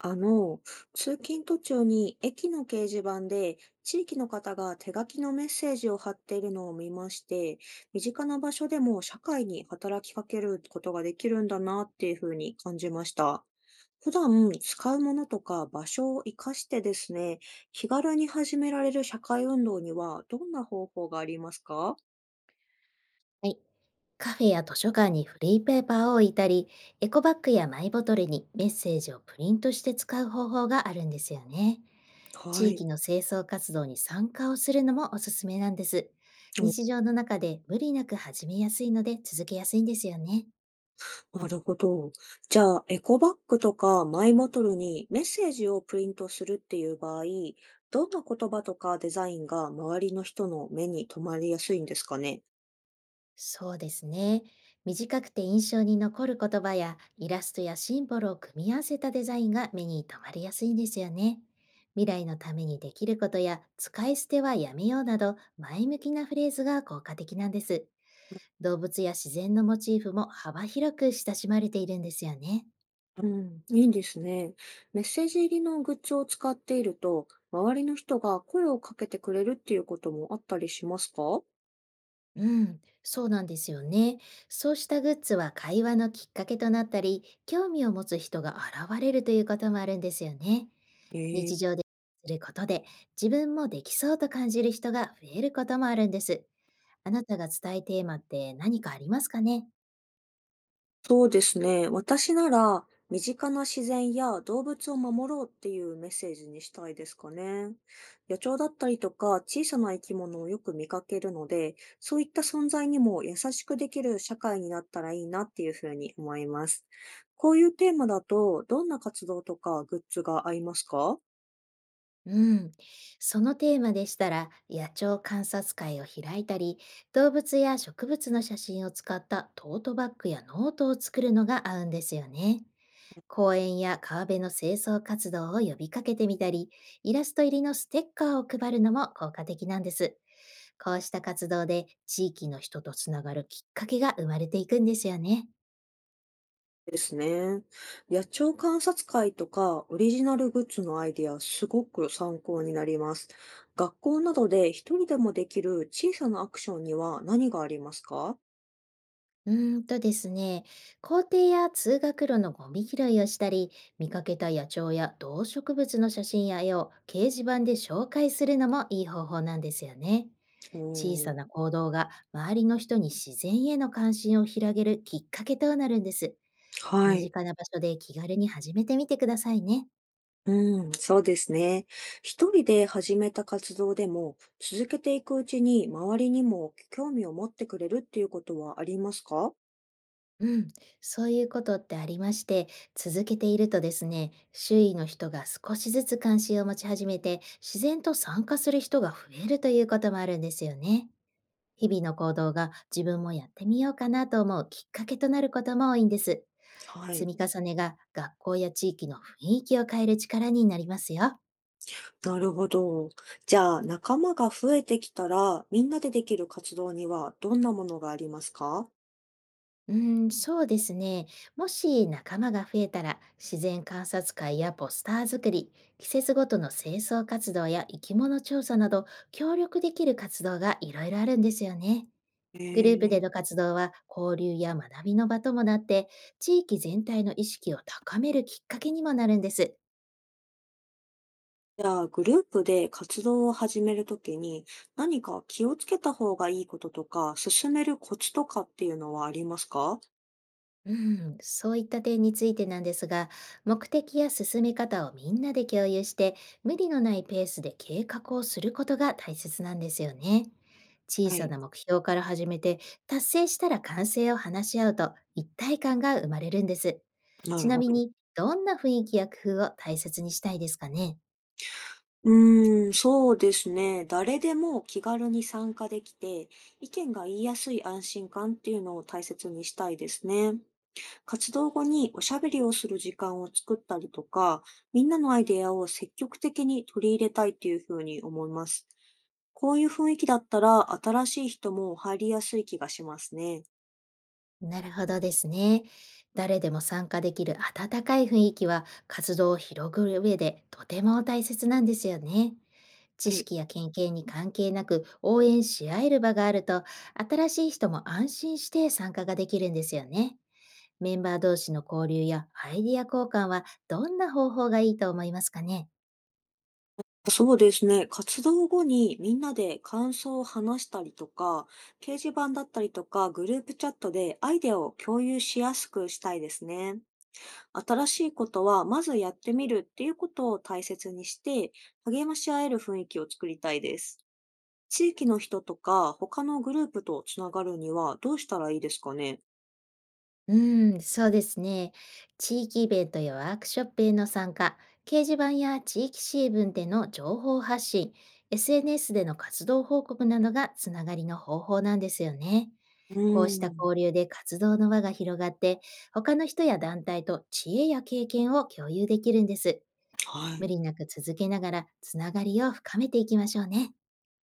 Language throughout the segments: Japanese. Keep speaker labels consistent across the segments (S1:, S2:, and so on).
S1: あの、通勤途中に駅の掲示板で地域の方が手書きのメッセージを貼っているのを見まして、身近な場所でも社会に働きかけることができるんだなっていうふうに感じました。普段使うものとか場所を活かしてですね、気軽に始められる社会運動にはどんな方法がありますか？
S2: はい。カフェや図書館にフリーペーパーを置いたり、エコバッグやマイボトルにメッセージをプリントして使う方法があるんですよね。
S1: は
S2: 地
S1: い。
S2: 域の清掃活動に参加をするのもおすすめなんです。日常の中で無理なく始めやすいので続けやすいんですよね。
S1: なるほど。じゃあ、エコバッグとかマイボトルにメッセージをプリントするっていう場合、どんな言葉とかデザインが周りの人の目に留まりやすいんですかね？
S2: そうですね。短くて印象に残る言葉やイラストやシンボルを組み合わせたデザインが目に留まりやすいんですよね。未来のためにできることや使い捨てはやめようなど前向きなフレーズが効果的なんです。動物や自然のモチーフも幅広く親しまれているんですよね。
S1: うん、いいんですね。メッセージ入りのグッズを使っていると、周りの人が声をかけてくれるっていうこともあったりしますか？
S2: うん、そうなんですよね。そうしたグッズは会話のきっかけとなったり、興味を持つ人が現れるということもあるんですよね。
S1: え
S2: 日
S1: え。
S2: 常ですることで自分もできそうと感じる人が増えることもあるんです。あなたが伝えテーマって何かありますかね？
S1: そうですね。私なら、身近な自然や動物を守ろうっていうメッセージにしたいですかね。野鳥だったりとか小さな生き物をよく見かけるので、そういった存在にも優しくできる社会になったらいいなっていうふうに思います。こういうテーマだと、どんな活動とかグッズが合いますか？
S2: うん。そのテーマでしたら、野鳥観察会を開いたり、動物や植物の写真を使ったトートバッグやノートを作るのが合うんですよね。公園や川辺の清掃活動を呼びかけてみたり、イラスト入りのステッカーを配るのも効果的なんです。こうした活動で地域の人とつながるきっかけが生まれていくんですよね。
S1: ですね。野鳥観察会とかオリジナルグッズのアイデア、すごく参考になります。学校などで一人でもできる小さなアクションには何がありますか？
S2: ですね、校庭や通学路のゴミ拾いをしたり、見かけた野鳥や動植物の写真や絵を掲示板で紹介するのもいい方法なんですよね。
S1: う
S2: 小さ
S1: ーん、
S2: な行動が周りの人に自然への関心を広げるきっかけとなるんです。
S1: は
S2: 身
S1: い。
S2: 近な場所で気軽に始めてみてくださいね。
S1: うん、そうですね。一人で始めた活動でも、続けていくうちに周りにも興味を持ってくれるっていうことはありますか？
S2: うん、そういうことってありまして、続けているとですね、周囲の人が少しずつ関心を持ち始めて、自然と参加する人が増えるということもあるんですよね。日々の行動が自分もやってみようかなと思うきっかけとなることも多いんです。
S1: はい。
S2: 積み重ねが学校や地域の雰囲気を変える力になりますよ。
S1: なるほど。じゃあ、仲間が増えてきたら、みんなでできる活動にはどんなものがありますか？
S2: うーん、そうですね。もし仲間が増えたら、自然観察会やポスター作り、季節ごとの清掃活動や生き物調査など、協力できる活動がいろいろあるんですよね。
S1: え
S2: グループ
S1: ー、
S2: での活動は交流や学びの場ともなって、地域全体の意識を高めるきっかけにもなるんです。
S1: じゃあ、グループで活動を始めるときに、何か気をつけた方がいいこととか、進めるコツとかっていうのはありますか？
S2: うん、そういった点についてなんですが、目的や進め方をみんなで共有して、無理のないペースで計画をすることが大切なんですよね。小
S1: は
S2: さ
S1: い、
S2: な目標から始めて、達成したら完成を話し合うと、一体感が生まれるんです。
S1: な
S2: ち
S1: る
S2: な
S1: ほ
S2: み
S1: ど。
S2: に、どんな雰囲気や工夫を大切にしたいですかね？
S1: うーん、そうですね。誰でも気軽に参加できて、意見が言いやすい安心感っていうのを大切にしたいですね。活動後におしゃべりをする時間を作ったりとか、みんなのアイデアを積極的に取り入れたいというふうに思います。こういう雰囲気だったら新しい人も入りやすい気がしますね。
S2: なるほどですね。誰でも参加できる温かい雰囲気は、活動を広げる上でとても大切なんですよね。知
S1: はい。
S2: 識や経験に関係なく応援し合える場があると、新しい人も安心して参加ができるんですよね。メンバー同士の交流やアイディア交換はどんな方法がいいと思いますかね？
S1: そうですね。活動後にみんなで感想を話したりとか、掲示板だったりとか、グループチャットでアイデアを共有しやすくしたいですね。新しいことはまずやってみるっていうことを大切にして、励まし合える雰囲気を作りたいです。地域の人とか、他のグループとつながるにはどうしたらいいですかね？
S2: うーん、そうですね。地域イベントやワークショップへの参加、掲示板や地域新聞での情報発信、SNS での活動報告などがつながりの方法なんですよね。
S1: う
S2: こうした
S1: ーん、
S2: 交流で活動の輪が広がって、他の人や団体と知恵や経験を共有できるんです。
S1: は
S2: 無
S1: い。
S2: 理なく続けながらつながりを深めていきましょうね。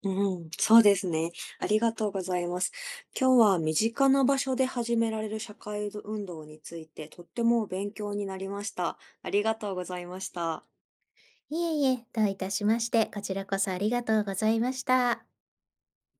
S1: うん、そうですね。ありがとうございます。今日は身近な場所で始められる社会運動について、とっても勉強になりました。ありがとうございました。
S2: いえいえ、どういたしまして、こちらこそありがとうございました。